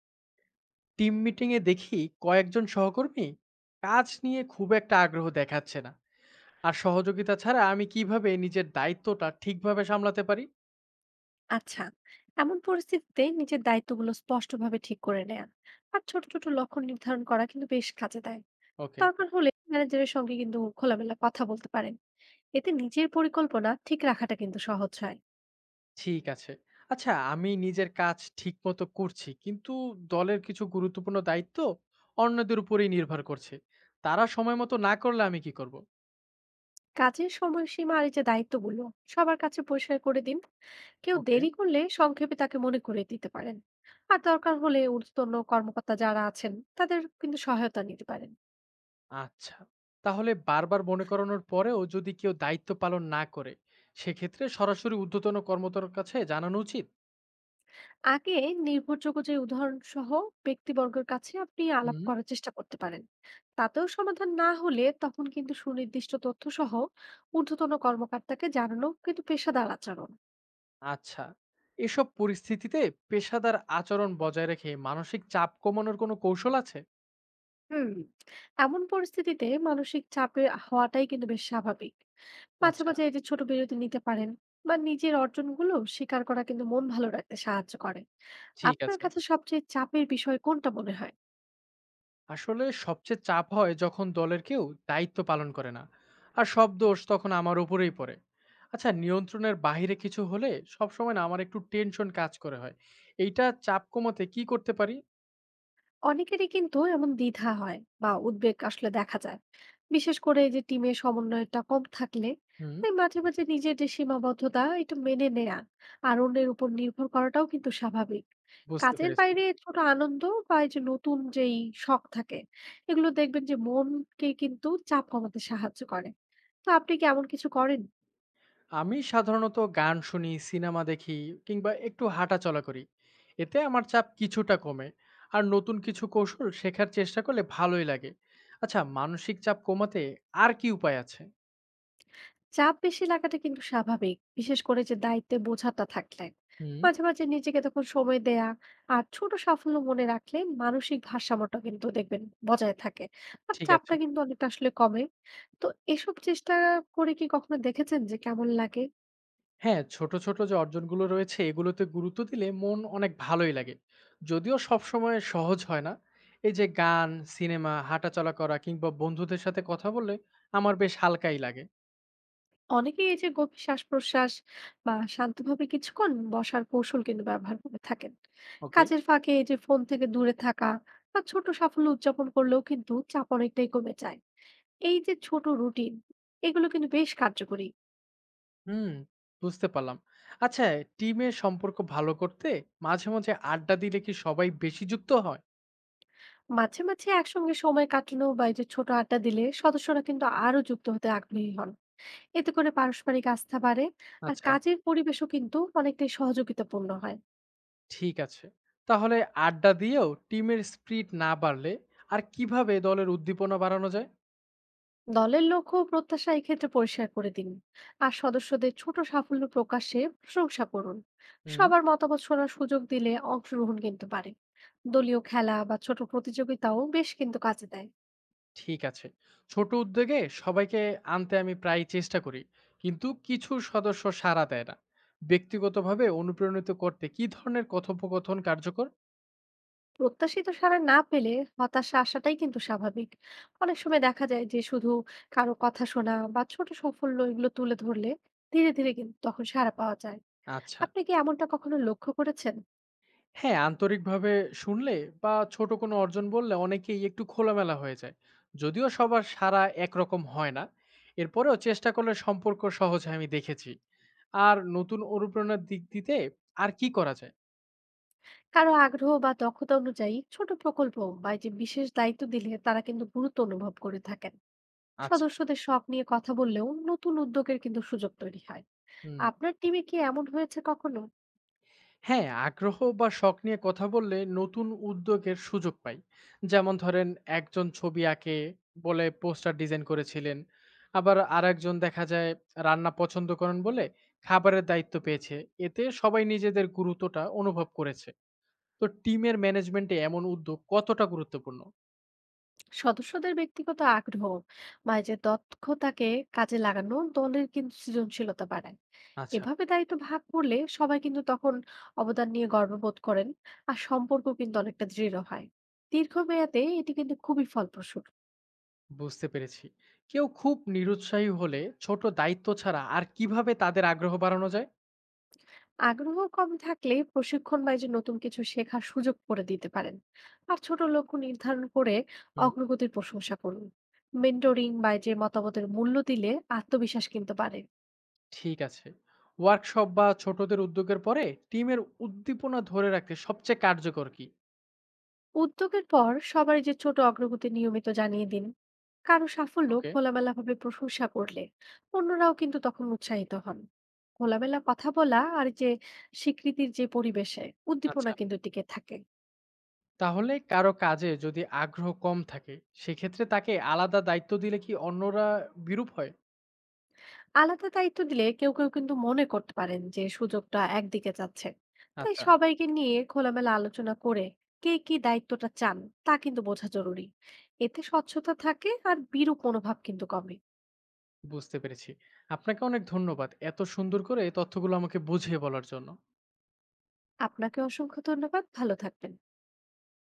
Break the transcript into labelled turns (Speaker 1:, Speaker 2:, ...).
Speaker 1: Team মিটিংয়ে দেখি কয়েকজন সহকর্মী কাজ নিয়ে খুব একটা আগ্রহ দেখাচ্ছে না। আর সহযোগিতা ছাড়া আমি কিভাবে নিজের দায়িত্বটা ঠিকভাবে সামলাতে পারি?
Speaker 2: আচ্ছা, এমন পরিস্থিতিতে নিজের দায়িত্বগুলো স্পষ্টভাবে ঠিক করে নেয়া আর ছোট ছোট লক্ষ্য নির্ধারণ করা কিন্তু বেশ কাজে দেয়।
Speaker 1: ওকে।
Speaker 2: দরকার হলে ম্যানেজারের সঙ্গে কিন্তু খোলামেলা কথা বলতে পারেন। এতে নিজের পরিকল্পনা ঠিক রাখাটা কিন্তু সহজ হয়।
Speaker 1: ঠিক আছে। আচ্ছা, আমি নিজের কাজ ঠিকমতো করছি, কিন্তু দলের কিছু গুরুত্বপূর্ণ দায়িত্ব অন্যদের উপরেই নির্ভর করছে। তারা সময় মতো না করলে আমি কি করব?
Speaker 2: কাজের সময়সীমা আর এই যে দায়িত্বগুলো সবার কাছে পরিষ্কার করে দিন। কেউ
Speaker 1: ওকে।
Speaker 2: দেরি করলে সংক্ষেপে তাকে মনে করিয়ে দিতে পারেন। আর দরকার হলে ঊর্ধ্বতন কর্মকর্তা যারা আছেন, তাদের কিন্তু সহায়তা নিতে পারেন।
Speaker 1: আচ্ছা, তাহলে বারবার মনে করানোর পরেও যদি কেউ দায়িত্ব পালন না করে, সেক্ষেত্রে সরাসরি ঊর্ধ্বতন কর্মকর্তার কাছে জানানো উচিত?
Speaker 2: আগে নির্ভরযোগ্য যে উদাহরণ সহ ব্যক্তিবর্গের কাছে আপনি আলাপ
Speaker 1: হুম।
Speaker 2: করার চেষ্টা করতে পারেন। তাতেও সমাধান না হলে তখন কিন্তু সুনির্দিষ্ট তথ্য সহ ঊর্ধ্বতন কর্মকর্তাকে জানানো কিন্তু পেশাদার আচরণ।
Speaker 1: আচ্ছা, এসব পরিস্থিতিতে পেশাদার আচরণ বজায় রেখে মানসিক চাপ কমানোর কোনো কৌশল আছে?
Speaker 2: হুম, এমন পরিস্থিতিতে মানসিক চাপে হওয়াটাই কিন্তু বেশ স্বাভাবিক। মাঝে
Speaker 1: আচ্ছা।
Speaker 2: মাঝে এই যে ছোট বিরতি নিতে পারেন, বা নিজের অর্জনগুলো স্বীকার করা কিন্তু মন ভালো রাখতে সাহায্য করে।
Speaker 1: ঠিক
Speaker 2: আপনার
Speaker 1: আছে।
Speaker 2: কাছে সবচেয়ে চাপের বিষয় কোনটা মনে হয়?
Speaker 1: আসলে সবচেয়ে চাপ হয় যখন দলের কেউ দায়িত্ব পালন করে না, আর সব দোষ তখন আমার উপরেই পড়ে। আচ্ছা, নিয়ন্ত্রণের বাইরে কিছু হলে সবসময় না আমার একটু টেনশন কাজ করে হয়। এইটা চাপ কমাতে কি করতে পারি?
Speaker 2: অনেকেরই কিন্তু এমন দ্বিধা হয় বা উদ্বেগ আসলে দেখা যায়, বিশেষ করে এই যে টিমের সমন্বয়টা কম থাকলে।
Speaker 1: হুম।
Speaker 2: তাই মাঝে মাঝে নিজের যে সীমাবদ্ধতা এটা মেনে নেয়া আর অন্যের উপর নির্ভর করাটাও কিন্তু স্বাভাবিক।
Speaker 1: বুঝতে
Speaker 2: কাজের
Speaker 1: পেরেছি।
Speaker 2: বাইরে ছোট আনন্দ বা এই যে নতুন যেই শখ থাকে, এগুলো দেখবেন যে মনকে কিন্তু চাপ কমাতে সাহায্য করে। তো আপনি কি এমন কিছু করেন?
Speaker 1: আমি সাধারণত গান শুনি, সিনেমা দেখি কিংবা একটু হাঁটাচলা করি। এতে আমার চাপ কিছুটা কমে। আর নতুন কিছু কৌশল শেখার চেষ্টা করলে ভালোই লাগে। আচ্ছা, মানসিক চাপ কমাতে আর কি উপায় আছে?
Speaker 2: চাপ বেশি লাগাটা কিন্তু স্বাভাবিক, বিশেষ করে যে দায়িত্বে বোঝাটা থাকলে।
Speaker 1: হুম।
Speaker 2: মাঝে মাঝে নিজেকে তখন সময় দেয়া আর ছোট সাফল্য মনে রাখলে মানসিক ভারসাম্যটা কিন্তু দেখবেন বজায় থাকে, আর
Speaker 1: ঠিক
Speaker 2: চাপটা
Speaker 1: আছে।
Speaker 2: কিন্তু অনেকটা আসলে কমে। তো এসব চেষ্টা করে কি কখনো দেখেছেন যে কেমন লাগে?
Speaker 1: হ্যাঁ, ছোট, ছোট যে অর্জনগুলো রয়েছে এগুলোতে গুরুত্ব দিলে মন অনেক ভালোই লাগে। যদিও সবসময় সহজ হয় না। এই যে গান, সিনেমা, হাঁটাচলা করা কিংবা বন্ধুদের সাথে কথা বললে আমার বেশ হালকাই লাগে।
Speaker 2: অনেকেই এই যে গভীর শ্বাস-প্রশ্বাস বা শান্তভাবে কিছুক্ষণ বসার কৌশল কিন্তু ব্যবহার করে থাকেন।
Speaker 1: ওকে।
Speaker 2: কাজের ফাঁকে এই যে ফোন থেকে দূরে থাকা বা ছোট সাফল্য উদযাপন করলেও কিন্তু চাপ অনেকটাই কমে যায়। এই যে ছোট রুটিন, এগুলো কিন্তু বেশ কার্যকরী।
Speaker 1: হুম। বুঝতে পারলাম। আচ্ছা, টিমের সম্পর্ক ভালো করতে মাঝে, মাঝে আড্ডা দিলে কি সবাই বেশি যুক্ত হয়?
Speaker 2: মাঝে মাঝে একসঙ্গে সময় কাটানো বা এই যে ছোট আড্ডা দিলে সদস্যরা কিন্তু আরো যুক্ত হতে আগ্রহী হন। এতে করে পারস্পরিক আস্থা বাড়ে, আর
Speaker 1: আচ্ছা,
Speaker 2: কাজের পরিবেশও কিন্তু অনেকটাই সহযোগিতাপূর্ণ হয়।
Speaker 1: ঠিক আছে। তাহলে আড্ডা দিয়েও টিমের স্পিরিট না বাড়লে আর কিভাবে দলের উদ্দীপনা বাড়ানো যায়?
Speaker 2: দলের লক্ষ্য ও প্রত্যাশা এক্ষেত্রে পরিষ্কার করে দিন, আর সদস্যদের ছোট সাফল্য প্রকাশে প্রশংসা করুন।
Speaker 1: হুম,
Speaker 2: সবার মতামত শোনার সুযোগ দিলে অংশগ্রহণ কিন্তু পারে। দলীয় খেলা বা ছোট প্রতিযোগিতাও বেশ কিন্তু কাজে দেয়।
Speaker 1: ঠিক আছে। ছোট উদ্যোগে সবাইকে আনতে আমি প্রায় চেষ্টা করি। কিন্তু কিছু সদস্য সাড়া দেয় না। ব্যক্তিগতভাবে অনুপ্রাণিত করতে কি ধরনের কথোপকথন কার্যকর?
Speaker 2: প্রত্যাশিত সাড়া না পেলে হতাশা আসাটাই কিন্তু স্বাভাবিক। অনেক সময় দেখা যায় যে শুধু কারো কথা শোনা বা ছোট সাফল্য এগুলো তুলে ধরলে ধীরে ধীরে কিন্তু তখন সাড়া পাওয়া যায়।
Speaker 1: আচ্ছা।
Speaker 2: আপনি কি এমনটা কখনো লক্ষ্য করেছেন?
Speaker 1: হ্যাঁ, আন্তরিকভাবে শুনলে বা ছোট কোনো অর্জন বললে অনেকেই একটু খোলামেলা হয়ে যায়। যদিও সবার সাড়া একরকম হয় না। এরপরেও চেষ্টা করলে সম্পর্ক সহজ হয় আমি দেখেছি। আর নতুন অনুপ্রেরণার দিক দিতে আর কি করা যায়?
Speaker 2: কারো আগ্রহ বা দক্ষতা অনুযায়ী ছোট প্রকল্প বা এই যে বিশেষ দায়িত্ব দিলে তারা কিন্তু গুরুত্ব অনুভব করে থাকেন।
Speaker 1: আচ্ছা।
Speaker 2: সদস্যদের শখ নিয়ে কথা বললেও নতুন উদ্যোগের কিন্তু সুযোগ তৈরি হয়।
Speaker 1: হুম।
Speaker 2: আপনার টিমে কি এমন হয়েছে কখনো?
Speaker 1: হ্যাঁ, আগ্রহ বা শখ নিয়ে কথা বললে নতুন উদ্যোগের সুযোগ পাই। যেমন ধরেন, একজন ছবি আঁকে বলে পোস্টার ডিজাইন করেছিলেন। আবার আর একজন দেখা যায় রান্না পছন্দ করেন বলে খাবারের দায়িত্ব পেয়েছে। এতে সবাই নিজেদের গুরুত্বটা অনুভব করেছে। তো টিমের ম্যানেজমেন্টে এমন উদ্যোগ কতটা গুরুত্বপূর্ণ?
Speaker 2: সদস্যদের ব্যক্তিগত আগ্রহ বা এই যে দক্ষতাকে কাজে লাগানো দলের কিন্তু সৃজনশীলতা বাড়ায়।
Speaker 1: আচ্ছা।
Speaker 2: এভাবে দায়িত্ব ভাগ করলে সবাই কিন্তু তখন অবদান নিয়ে গর্ববোধ করেন, আর সম্পর্ক কিন্তু অনেকটা দৃঢ় হয়। দীর্ঘমেয়াদে এটি কিন্তু খুবই ফলপ্রসূ।
Speaker 1: বুঝতে পেরেছি। কেউ খুব নিরুৎসাহী হলে ছোট দায়িত্ব ছাড়া আর কিভাবে তাদের আগ্রহ বাড়ানো যায়?
Speaker 2: আগ্রহ কম থাকলে প্রশিক্ষণ বা এই যে নতুন কিছু শেখার সুযোগ করে দিতে পারেন। আর ছোট লক্ষ্য নির্ধারণ করে
Speaker 1: হুম।
Speaker 2: অগ্রগতির প্রশংসা করুন। মেন্টরিং বা এই যে মতামতের মূল্য দিলে আত্মবিশ্বাস কিন্তু বাড়ে।
Speaker 1: ঠিক আছে। ওয়ার্কশপ বা ছোটদের উদ্যোগের পরে টিমের উদ্দীপনা ধরে রাখতে সবচেয়ে কার্যকর কি?
Speaker 2: উদ্যোগের পর সবার এই যে ছোট অগ্রগতি নিয়মিত জানিয়ে দিন। কারো সাফল্য
Speaker 1: ওকে।
Speaker 2: খোলামেলা ভাবে প্রশংসা করলে অন্যরাও কিন্তু তখন উৎসাহিত হন। খোলামেলা কথা বলা আর এই যে স্বীকৃতির যে পরিবেশে উদ্দীপনা
Speaker 1: আচ্ছা।
Speaker 2: কিন্তু টিকে থাকে।
Speaker 1: তাহলে কারো কাজে যদি আগ্রহ কম থাকে, সেক্ষেত্রে তাকে আলাদা দায়িত্ব দিলে কি অন্যরা বিরূপ হয়?
Speaker 2: আলাদা দায়িত্ব দিলে কেউ কেউ কিন্তু মনে করতে পারেন যে সুযোগটা একদিকে যাচ্ছে। তাই
Speaker 1: আচ্ছা,
Speaker 2: সবাইকে নিয়ে খোলামেলা আলোচনা করে কে কি দায়িত্বটা চান তা কিন্তু বোঝা জরুরি। এতে স্বচ্ছতা থাকে আর বিরূপ মনোভাব কিন্তু কমে।
Speaker 1: বুঝতে পেরেছি। আপনাকে অনেক ধন্যবাদ। এত সুন্দর করে এই তথ্যগুলো আমাকে বুঝিয়ে বলার জন্য।
Speaker 2: আপনাকে অসংখ্য ধন্যবাদ। ভালো থাকবেন।